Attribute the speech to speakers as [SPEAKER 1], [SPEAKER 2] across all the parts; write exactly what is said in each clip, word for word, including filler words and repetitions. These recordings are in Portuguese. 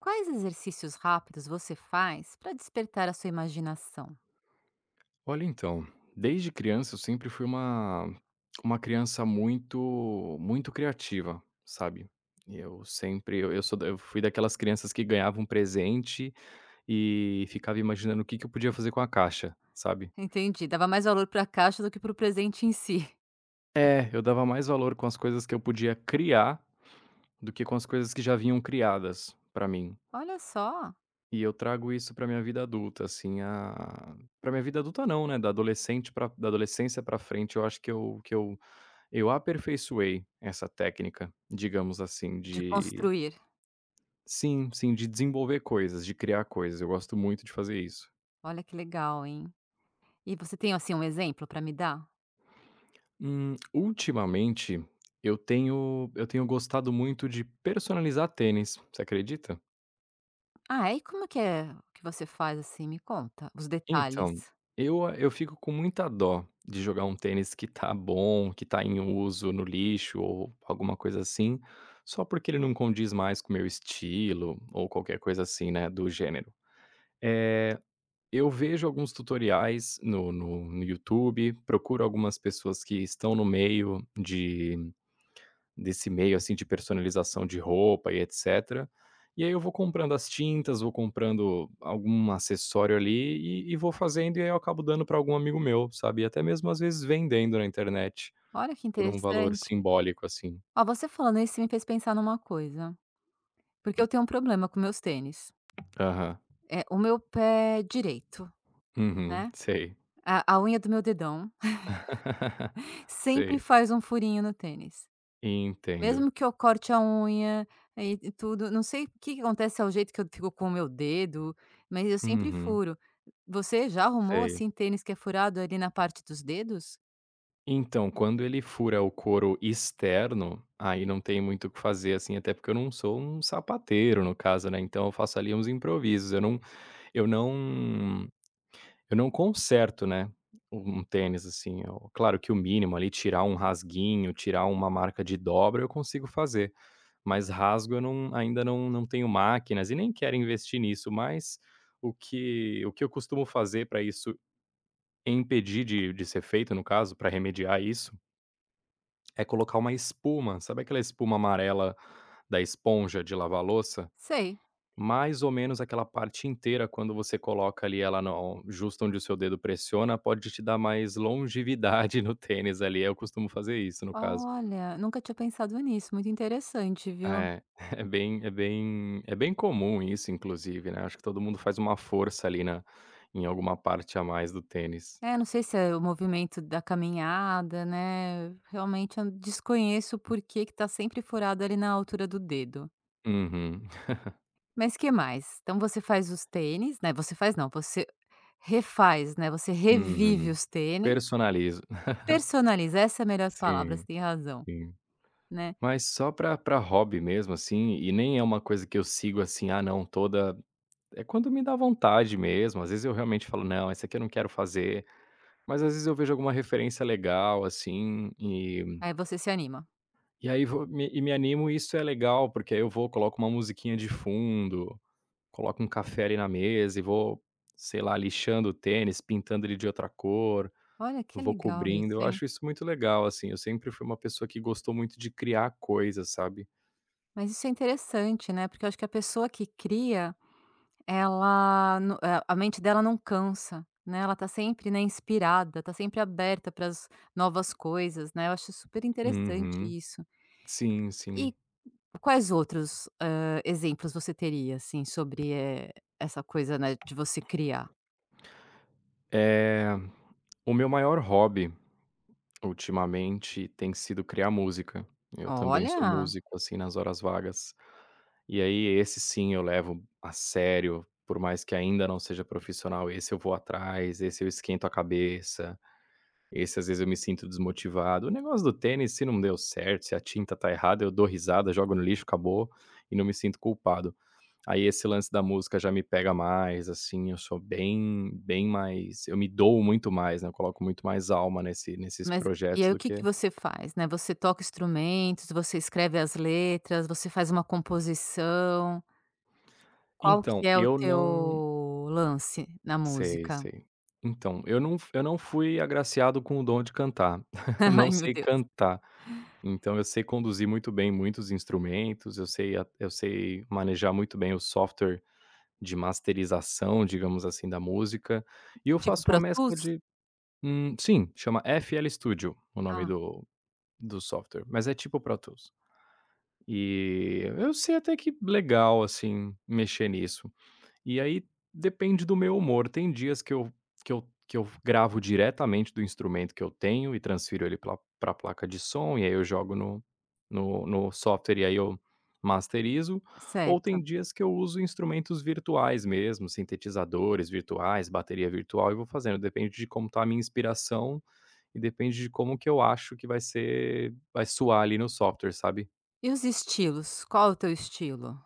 [SPEAKER 1] Quais exercícios rápidos você faz para despertar a sua imaginação?
[SPEAKER 2] Olha, então, desde criança eu sempre fui uma uma criança muito muito criativa, sabe. Eu sempre eu eu sou da eu fui daquelas crianças que ganhava um presente e ficava imaginando o que que eu podia fazer com a caixa, sabe.
[SPEAKER 1] Entendi, dava mais valor para a caixa do que para o presente em si.
[SPEAKER 2] É, eu dava mais valor com as coisas que eu podia criar, do que com as coisas que já vinham criadas pra mim.
[SPEAKER 1] Olha só,
[SPEAKER 2] E eu trago isso pra minha vida adulta, assim, a para minha vida adulta não, né, da adolescente para da adolescência pra frente, eu acho que eu que eu Eu aperfeiçoei essa técnica, digamos assim,
[SPEAKER 1] de
[SPEAKER 2] de
[SPEAKER 1] construir.
[SPEAKER 2] sim, sim, de desenvolver coisas, de criar coisas. Eu gosto muito de fazer isso.
[SPEAKER 1] Olha que legal, hein? E você tem assim um exemplo para me dar?
[SPEAKER 2] Hum, ultimamente, eu tenho eu tenho gostado muito de personalizar tênis, você acredita?
[SPEAKER 1] Ah, e como que é o que você faz assim? Me conta os
[SPEAKER 2] Então,
[SPEAKER 1] detalhes.
[SPEAKER 2] eu eu fico com muita dó de jogar um tênis que tá bom, que tá em uso no lixo ou alguma coisa assim, só porque ele não condiz mais com o meu estilo ou qualquer coisa assim, né, do gênero. É, eu vejo alguns tutoriais no no no YouTube, procuro algumas pessoas que estão no meio de desse meio, assim, de personalização de roupa e etcétera. E aí eu vou comprando as tintas, vou comprando algum acessório ali e e vou fazendo, e aí eu acabo dando para algum amigo meu, sabe. E até mesmo às vezes vendendo na internet
[SPEAKER 1] Olha que
[SPEAKER 2] por um valor
[SPEAKER 1] interessante.
[SPEAKER 2] simbólico, assim.
[SPEAKER 1] Ó, você falando isso me fez pensar numa coisa, porque eu tenho um problema com meus tênis.
[SPEAKER 2] Aham.
[SPEAKER 1] É o meu pé direito,
[SPEAKER 2] Uhum.
[SPEAKER 1] né?
[SPEAKER 2] Sei.
[SPEAKER 1] A, a unha do meu dedão sempre
[SPEAKER 2] Sei.
[SPEAKER 1] faz um furinho no tênis.
[SPEAKER 2] Entendo.
[SPEAKER 1] Mesmo que eu corte a unha e e tudo, não sei o que que acontece ao jeito que eu fico com o meu dedo, mas eu sempre
[SPEAKER 2] Uhum.
[SPEAKER 1] furo. Você já arrumou,
[SPEAKER 2] Sei.
[SPEAKER 1] assim, tênis que é furado ali na parte dos dedos?
[SPEAKER 2] Então, quando ele fura o couro externo, aí não tem muito o que fazer, assim, até porque eu não sou um sapateiro, no caso, né, então eu faço ali uns improvisos, eu não eu não eu não conserto, né, um tênis, assim, eu claro que o mínimo ali, tirar um rasguinho, tirar uma marca de dobra, eu consigo fazer, mas rasgo eu não ainda não não tenho máquinas e nem quero investir nisso, mas o que o que eu costumo fazer para isso impedir de de ser feito, no caso, para remediar isso é colocar uma espuma, sabe aquela espuma amarela da esponja de lavar louça?
[SPEAKER 1] Sei.
[SPEAKER 2] Mais ou menos aquela parte inteira, quando você coloca ali ela no justo onde o seu dedo pressiona, pode te dar mais longevidade no tênis ali, eu costumo fazer isso no caso.
[SPEAKER 1] Olha, nunca tinha pensado nisso, muito interessante, viu.
[SPEAKER 2] É, é bem é bem é bem comum isso inclusive, né, acho que todo mundo faz uma força ali na em alguma parte a mais do tênis.
[SPEAKER 1] É, não sei se é o movimento da caminhada, né, realmente eu desconheço por que que tá sempre furado ali na altura do dedo.
[SPEAKER 2] Uhum,
[SPEAKER 1] Mas que mais? Então você faz os tênis, né, você faz não, você refaz, né, você revive
[SPEAKER 2] uhum.
[SPEAKER 1] os tênis.
[SPEAKER 2] Personalizo.
[SPEAKER 1] Personalizar, essa é a melhor palavra,
[SPEAKER 2] Sim,
[SPEAKER 1] você tem razão,
[SPEAKER 2] sim.
[SPEAKER 1] né.
[SPEAKER 2] Mas só pra pra hobby mesmo, assim, e nem é uma coisa que eu sigo assim: "Ah não, toda". É quando me dá vontade mesmo, às vezes eu realmente falo: "Não, essa aqui eu não quero fazer", mas às vezes eu vejo alguma referência legal, assim, e
[SPEAKER 1] Aí você se anima.
[SPEAKER 2] e aí vou me e me animo e isso é legal, porque aí eu vou, coloco uma musiquinha de fundo, coloco um café ali na mesa e vou, sei lá, lixando o tênis, pintando ele de outra cor,
[SPEAKER 1] Olha, que
[SPEAKER 2] vou
[SPEAKER 1] legal isso,
[SPEAKER 2] cobrindo, eu
[SPEAKER 1] hein.
[SPEAKER 2] acho isso muito legal, assim, eu sempre fui uma pessoa que gostou muito de criar coisas, sabe.
[SPEAKER 1] Mas isso é interessante, né, porque eu acho que a pessoa que cria, ela no eh, a mente dela não cansa, né, ela tá sempre, né, inspirada, tá sempre aberta para as novas coisas, né, eu acho super interessante
[SPEAKER 2] Uhum.
[SPEAKER 1] isso.
[SPEAKER 2] Sim, sim.
[SPEAKER 1] E quais outros, hã, exemplos você teria, assim, sobre, eh, essa coisa, né, de você criar?
[SPEAKER 2] Eh, o meu maior hobby ultimamente tem sido criar música. Eu também sou
[SPEAKER 1] Olha!
[SPEAKER 2] músico, assim, nas horas vagas. E aí esse sim eu levo a sério, por mais que ainda não seja profissional, esse eu vou atrás, esse eu esquento a cabeça, esse às vezes eu me sinto desmotivado. O negócio do tênis, se não deu certo, se a tinta tá errada, eu dou risada, jogo no lixo, acabou, e não me sinto culpado. Aí esse lance da música já me pega mais, assim, eu sou bem bem mais, eu me dou muito mais, né, eu coloco muito mais alma nesse nesses
[SPEAKER 1] Mas e
[SPEAKER 2] projetos
[SPEAKER 1] aí o
[SPEAKER 2] do
[SPEAKER 1] que que
[SPEAKER 2] que
[SPEAKER 1] você faz, né, você toca instrumentos, você escreve as letras, você faz uma composição, qual
[SPEAKER 2] então,
[SPEAKER 1] que é o
[SPEAKER 2] eu
[SPEAKER 1] teu
[SPEAKER 2] não
[SPEAKER 1] lance na
[SPEAKER 2] sei,
[SPEAKER 1] música?
[SPEAKER 2] sei. Então, eu não eu não fui agraciado com o dom de cantar, não
[SPEAKER 1] Ai meu
[SPEAKER 2] sei
[SPEAKER 1] Deus,
[SPEAKER 2] cantar. Então eu sei conduzir muito bem muitos instrumentos, eu sei a eu sei manejar muito bem o software de masterização, digamos assim, da música, e eu
[SPEAKER 1] tipo
[SPEAKER 2] faço uma
[SPEAKER 1] Pro
[SPEAKER 2] mescla
[SPEAKER 1] Tools?
[SPEAKER 2] de Hum, sim, chama F L Studio, o nome
[SPEAKER 1] Ah,
[SPEAKER 2] do do software, mas é tipo o Pro Tools. E eu sei até que legal, assim, mexer nisso. E aí depende do meu humor. Tem dias que eu que eu que eu gravo diretamente do instrumento que eu tenho e transfiro ele para pra placa de som, e aí eu jogo no no no software e aí eu masterizo, ou
[SPEAKER 1] certo.
[SPEAKER 2] tem dias que eu uso instrumentos virtuais mesmo, sintetizadores virtuais, bateria virtual e vou fazendo, depende de como tá a minha inspiração e depende de como que eu acho que vai ser vai soar ali no software, sabe?
[SPEAKER 1] E os estilos, qual é o teu estilo?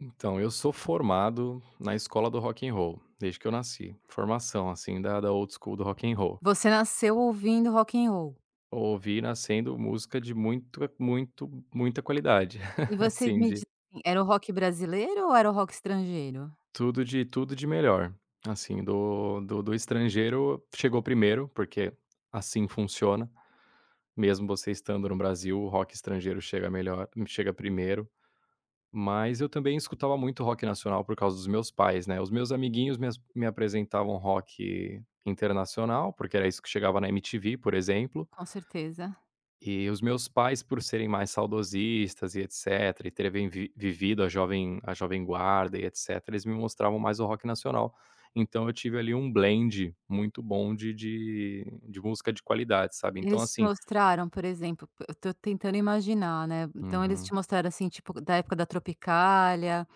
[SPEAKER 2] Então, eu sou formado na escola do rock and roll, desde que eu nasci. Formação, assim, da, da old school do rock and roll.
[SPEAKER 1] Você nasceu ouvindo rock and roll,
[SPEAKER 2] Ouvi nascendo música de muito, muito, muita qualidade.
[SPEAKER 1] e você
[SPEAKER 2] Assim,
[SPEAKER 1] me diz
[SPEAKER 2] de
[SPEAKER 1] assim, era o rock brasileiro ou era o rock estrangeiro?
[SPEAKER 2] tudo, de tudo de melhor. Assim, do, do, do estrangeiro chegou primeiro, porque assim funciona. Mesmo você estando no Brasil, o rock estrangeiro chega melhor, chega primeiro. Mas eu também escutava muito rock nacional por causa dos meus pais, né. Os meus amiguinhos me as me apresentavam rock internacional, porque era isso que chegava na M T V, por exemplo,
[SPEAKER 1] Com certeza.
[SPEAKER 2] e os meus pais, por serem mais saudosistas e etcétera, e terem vi vivido a jovem a jovem guarda e etcétera, eles me mostravam mais o rock nacional. Então eu tive ali um blend muito bom de de de música de qualidade, sabe. Então
[SPEAKER 1] Eles te
[SPEAKER 2] assim
[SPEAKER 1] mostraram, por exemplo, p- eu tô tentando imaginar, né, então eles
[SPEAKER 2] uhum.
[SPEAKER 1] te mostraram, assim, tipo, da época da Tropicália,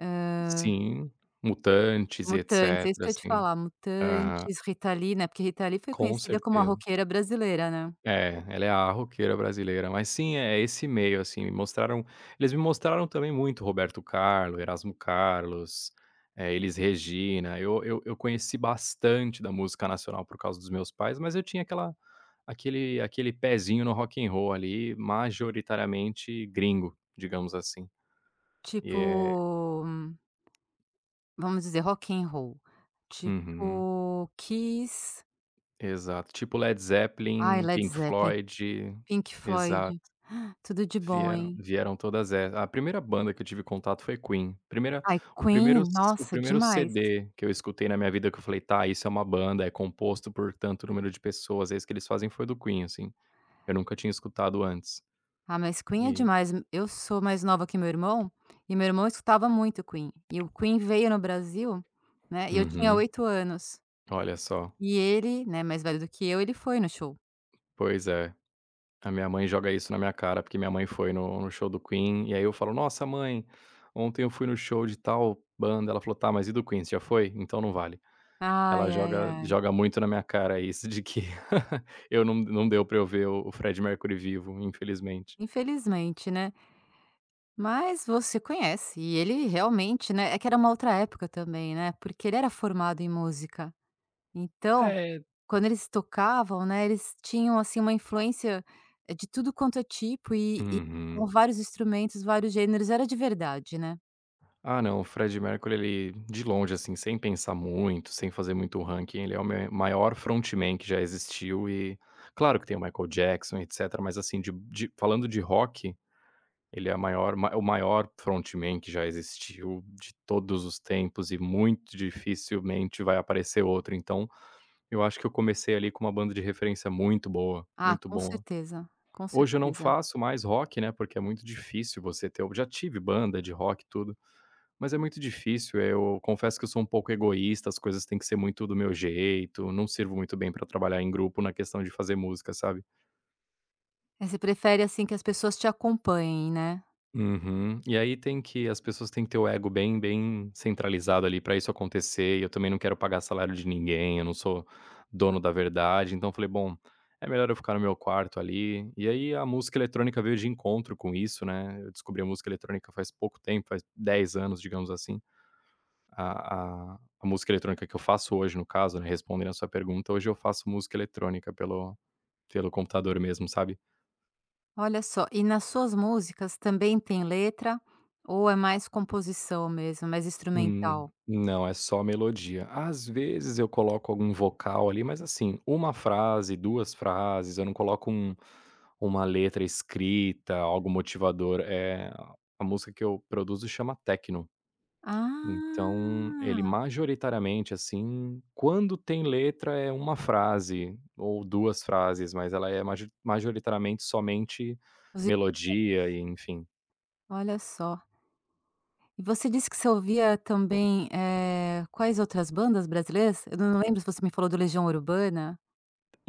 [SPEAKER 1] hã,
[SPEAKER 2] Sim, Mutantes e
[SPEAKER 1] Mutantes, é isso
[SPEAKER 2] etcétera,
[SPEAKER 1] que eu ia te
[SPEAKER 2] assim.
[SPEAKER 1] falar,
[SPEAKER 2] Aham.
[SPEAKER 1] Mutantes, Rita Lee, né, porque Rita Lee foi
[SPEAKER 2] Com
[SPEAKER 1] conhecida como a
[SPEAKER 2] certeza.
[SPEAKER 1] roqueira brasileira, né.
[SPEAKER 2] É, ela é a roqueira brasileira, mas sim, é esse meio, assim, me mostraram eles me mostraram também muito Roberto Carlos, Erasmo Carlos, eh, Elis Regina, eu eu eu conheci bastante da música nacional por causa dos meus pais, mas eu tinha aquela aquele aquele pezinho no rock and roll ali, majoritariamente gringo, digamos assim. E é
[SPEAKER 1] Tipo, hum, vamos dizer, rock and roll,
[SPEAKER 2] uhum,
[SPEAKER 1] tipo Kiss,
[SPEAKER 2] exato, tipo Led
[SPEAKER 1] ai,
[SPEAKER 2] Zeppelin,
[SPEAKER 1] Led
[SPEAKER 2] Pink
[SPEAKER 1] Zeppelin,
[SPEAKER 2] Floyd,
[SPEAKER 1] Pink Floyd,
[SPEAKER 2] exato.
[SPEAKER 1] tudo de bom,
[SPEAKER 2] Vieram
[SPEAKER 1] hein.
[SPEAKER 2] vieram todas e a primeira banda que eu tive contato foi Queen. Primeira
[SPEAKER 1] Ai,
[SPEAKER 2] o primeiro
[SPEAKER 1] Queen,
[SPEAKER 2] c o
[SPEAKER 1] nossa,
[SPEAKER 2] primeiro
[SPEAKER 1] demais.
[SPEAKER 2] C D que eu escutei na minha vida que eu falei: "Tá, isso é uma banda, é composto por tanto número de pessoas, é isso que eles fazem", foi do Queen, assim. Eu nunca tinha escutado antes.
[SPEAKER 1] Ah, mas Queen é
[SPEAKER 2] E
[SPEAKER 1] demais. Eu sou mais nova que meu irmão, e meu irmão escutava muito Queen. E o Queen veio no Brasil, né, e eu tinha
[SPEAKER 2] uhum.
[SPEAKER 1] oito anos.
[SPEAKER 2] Olha só.
[SPEAKER 1] E ele, né, mais velho do que eu, ele foi no show.
[SPEAKER 2] Pois é. A minha mãe joga isso na minha cara, porque minha mãe foi no no show do Queen, e aí eu falo: "Nossa mãe, ontem eu fui no show de tal banda", ela falou: "Tá, mas e do Queen, você já foi? Então não vale".
[SPEAKER 1] Ai,
[SPEAKER 2] Ela
[SPEAKER 1] ai,
[SPEAKER 2] joga
[SPEAKER 1] ai.
[SPEAKER 2] joga muito na minha cara isso de que eu não não deu pra eu ver o o Freddie Mercury vivo, infelizmente.
[SPEAKER 1] Infelizmente, né. Mas você conhece, e ele realmente, né é que era uma outra época também, né, porque ele era formado em música. Então,
[SPEAKER 2] É.
[SPEAKER 1] quando eles tocavam, né, eles tinham, assim, uma influência, eh, de tudo quanto é tipo e e
[SPEAKER 2] Uhum.
[SPEAKER 1] tocavam vários instrumentos, vários gêneros, era de verdade, né.
[SPEAKER 2] Ah não, o Freddie Mercury, ele, de longe assim, sem pensar muito, sem fazer muito ranking, ele é o me maior frontman que já existiu e claro que tem o Michael Jackson, etcétera, mas assim, de de falando de rock, ele é a maior ma o maior frontman que já existiu de todos os tempos e muito dificilmente vai aparecer outro, então eu acho que eu comecei ali com uma banda de referência muito boa,
[SPEAKER 1] Ah,
[SPEAKER 2] muito
[SPEAKER 1] com
[SPEAKER 2] boa.
[SPEAKER 1] certeza, com
[SPEAKER 2] Hoje eu não
[SPEAKER 1] certeza.
[SPEAKER 2] faço mais rock, né, porque é muito difícil você ter, eu já tive banda de rock e tudo, mas é muito difícil, eh, eu confesso que eu sou um pouco egoísta, as coisas têm que ser muito do meu jeito, não sirvo muito bem pra trabalhar em grupo na questão de fazer música, sabe.
[SPEAKER 1] Eh, você prefere, assim, que as pessoas te acompanhem, né.
[SPEAKER 2] Uhum. E aí tem que as pessoas têm que ter o ego bem bem centralizado ali pra isso acontecer, e eu também não quero pagar salário de ninguém, eu não sou dono da verdade, então eu falei: "Bom, é melhor eu ficar no meu quarto ali". E aí a música eletrônica veio de encontro com isso, né, eu descobri a música eletrônica faz pouco tempo, faz dez anos, digamos assim. A a a música eletrônica que eu faço hoje, no caso, né, respondendo a sua pergunta, hoje eu faço música eletrônica pelo pelo computador mesmo, sabe?
[SPEAKER 1] Olha só, e nas suas músicas também tem letra ou é mais composição mesmo, mais
[SPEAKER 2] Hum,
[SPEAKER 1] instrumental?
[SPEAKER 2] não, é só melodia. Às vezes eu coloco algum vocal ali, mas assim, uma frase, duas frases, eu não coloco um, uma letra escrita, algo motivador. É, a música que eu produzo chama Tecno. Então, ele
[SPEAKER 1] Ah,
[SPEAKER 2] majoritariamente, assim, quando tem letra é uma frase ou duas frases, mas ela é major- majoritariamente somente
[SPEAKER 1] os
[SPEAKER 2] melodia
[SPEAKER 1] instrumentos.
[SPEAKER 2] e enfim.
[SPEAKER 1] Olha só. E você disse que você ouvia também, eh, quais outras bandas brasileiras? Eu não lembro se você me falou do Legião Urbana.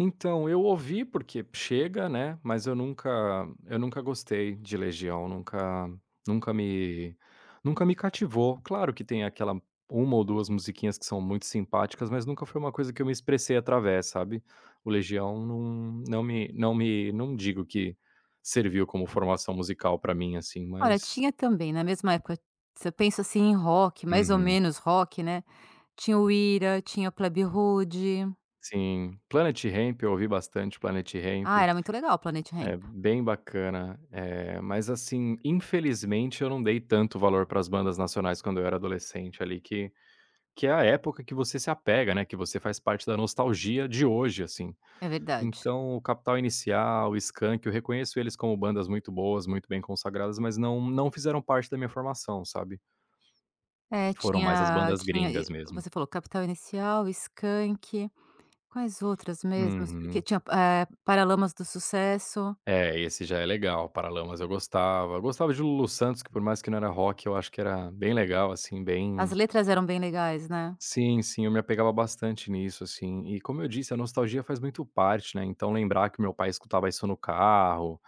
[SPEAKER 2] Então, eu ouvi porque chega, né, mas eu nunca eu nunca gostei de Legião, nunca nunca me nunca me cativou. Claro que tem aquela uma ou duas musiquinhas que são muito simpáticas, mas nunca foi uma coisa que eu me expressei através, sabe. O Legião não não me não me não digo que serviu como formação musical pra mim, assim,
[SPEAKER 1] Olha,
[SPEAKER 2] mas
[SPEAKER 1] tinha também, na mesma época, se eu penso, assim, em rock, mais ou
[SPEAKER 2] uhum.
[SPEAKER 1] menos rock, né. Tinha o Ira, tinha o Plebe Rude.
[SPEAKER 2] Sim. Planet Hemp, eu ouvi bastante Planet Hemp.
[SPEAKER 1] Ah, era muito legal o Planet
[SPEAKER 2] É
[SPEAKER 1] Hemp,
[SPEAKER 2] bem bacana, eh, mas assim, infelizmente eu não dei tanto valor para as bandas nacionais quando eu era adolescente ali, que que é a época que você se apega, né, que você faz parte da nostalgia de hoje, assim.
[SPEAKER 1] é verdade.
[SPEAKER 2] Então o Capital Inicial, o Skank, eu reconheço eles como bandas muito boas, muito bem consagradas, mas não não fizeram parte da minha formação, sabe.
[SPEAKER 1] É,
[SPEAKER 2] Foram mais as
[SPEAKER 1] tinha
[SPEAKER 2] bandas
[SPEAKER 1] tinha
[SPEAKER 2] gringas
[SPEAKER 1] e
[SPEAKER 2] mesmo.
[SPEAKER 1] você falou Capital Inicial, Skank, quais outras mesmos? Porque
[SPEAKER 2] Uhum.
[SPEAKER 1] tinha, eh, Paralamas do Sucesso.
[SPEAKER 2] É, esse já é legal, Paralamas eu gostava, eu gostava de Lulu Santos que por mais que não era rock eu acho que era bem legal, assim,
[SPEAKER 1] As
[SPEAKER 2] bem.
[SPEAKER 1] letras eram bem legais, né.
[SPEAKER 2] Sim, sim, eu me apegava bastante nisso, assim. E como eu disse, a nostalgia faz muito parte, né? Então, lembrar que meu pai escutava isso no carro,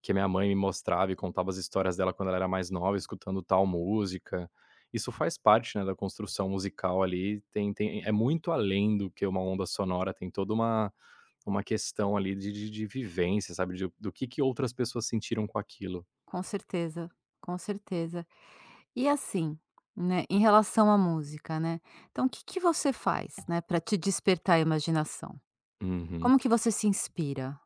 [SPEAKER 2] que minha mãe me mostrava e contava as histórias dela quando ela era mais nova, escutando tal música. Isso faz parte, né, da construção musical ali. Tem, tem, é muito além do que uma onda sonora, tem toda uma, uma questão ali de, de, de vivência, sabe? De- do que, que outras pessoas sentiram com aquilo.
[SPEAKER 1] Com certeza, com certeza. E assim, né, em relação à música, né, então que que você faz, né, pra te despertar a imaginação?
[SPEAKER 2] Uhum.
[SPEAKER 1] Como que você se inspira?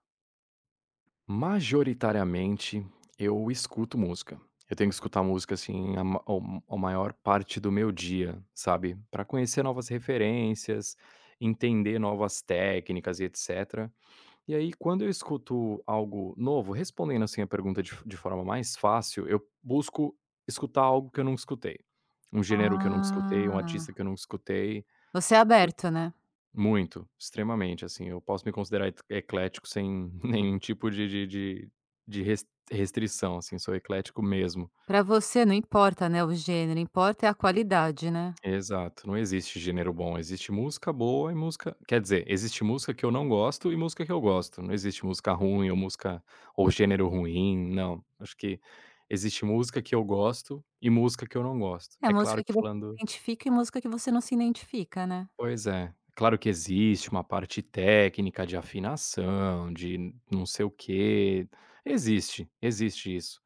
[SPEAKER 2] Majoritariamente, eu escuto música. Eu tenho que escutar música, assim, a ma ao ao maior parte do meu dia, sabe, para conhecer novas referências, entender novas técnicas e etcétera. E aí, quando eu escuto algo novo, respondendo, assim, a pergunta de f de forma mais fácil, eu busco escutar algo que eu nunca escutei. Um gênero que eu nunca escutei, um
[SPEAKER 1] Ah,
[SPEAKER 2] artista que eu nunca escutei
[SPEAKER 1] você é aberto, né?
[SPEAKER 2] muito, extremamente, assim, eu posso me considerar et eclético sem nenhum tipo de de de de res restrição, assim, sou eclético mesmo.
[SPEAKER 1] Pra você não importa, né, o gênero, importa é a qualidade, né.
[SPEAKER 2] Exato, não existe gênero bom, existe música boa e música, quer dizer, existe música que eu não gosto e música que eu gosto, não existe música ruim ou música ou gênero ruim, não. Acho que existe música que eu gosto e música que eu não gosto.
[SPEAKER 1] É a
[SPEAKER 2] É claro
[SPEAKER 1] música
[SPEAKER 2] que
[SPEAKER 1] que você se
[SPEAKER 2] falando.
[SPEAKER 1] identifica e música que você não se identifica, né.
[SPEAKER 2] Pois é. Claro que existe uma parte técnica de afinação, de não sei o quê. Existe, existe isso.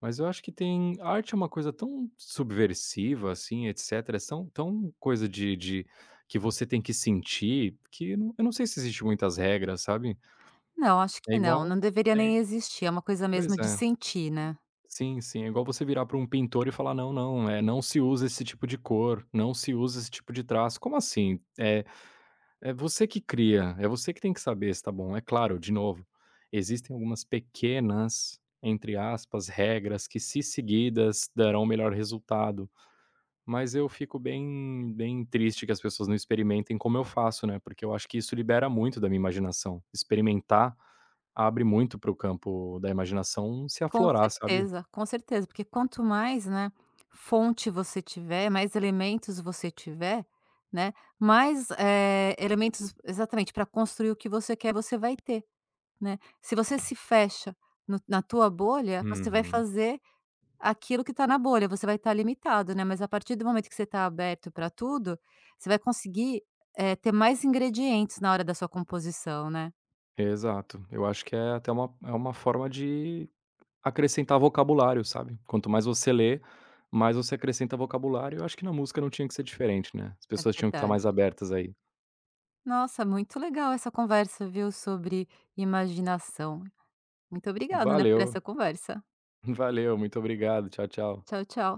[SPEAKER 2] Mas eu acho que tem. A arte é uma coisa tão subversiva, assim, etcétera, é tão tão coisa de de que você tem que sentir, que não, eu não sei se existe muitas regras, sabe.
[SPEAKER 1] Não, acho
[SPEAKER 2] É
[SPEAKER 1] que não, não
[SPEAKER 2] igual
[SPEAKER 1] deveria
[SPEAKER 2] é
[SPEAKER 1] nem existir, é uma coisa
[SPEAKER 2] pois
[SPEAKER 1] mesmo de
[SPEAKER 2] é.
[SPEAKER 1] sentir, né.
[SPEAKER 2] Sim, sim, é igual você virar para um pintor e falar: "Não, não, é, não se usa esse tipo de cor, não se usa esse tipo de traço". Como assim? Eh É você que cria, é você que tem que saber se tá bom. É claro, de novo, existem algumas pequenas, entre aspas, regras que se seguidas darão o melhor resultado, mas eu fico bem bem triste que as pessoas não experimentem como eu faço, né, porque eu acho que isso libera muito da minha imaginação. Experimentar abre muito para o campo da imaginação se
[SPEAKER 1] Com
[SPEAKER 2] aflorar, sabe?
[SPEAKER 1] certeza, com certeza, porque quanto mais, né, fonte você tiver, mais elementos você tiver, né, mais, eh, elementos exatamente, para construir o que você quer, você vai ter, né. Se você se fecha no na tua bolha, você vai
[SPEAKER 2] Uhum.
[SPEAKER 1] fazer aquilo que está na bolha, você vai estar limitado, né, mas a partir do momento que você está aberto para tudo, você vai conseguir, eh, ter mais ingredientes na hora da sua composição, né.
[SPEAKER 2] Exato. Eu acho que é até uma é uma forma de acrescentar vocabulário, sabe. Quanto mais você lê, mais você acrescenta vocabulário, eu acho que na música não tinha que ser diferente, né. As
[SPEAKER 1] É
[SPEAKER 2] pessoas tinham que estar
[SPEAKER 1] verdade.
[SPEAKER 2] mais abertas aí.
[SPEAKER 1] Nossa, muito legal essa conversa, viu, sobre imaginação. Muito obrigada, né, por
[SPEAKER 2] Valeu,
[SPEAKER 1] essa conversa.
[SPEAKER 2] valeu, muito obrigado. Tchau, tchau.
[SPEAKER 1] Tchau, tchau.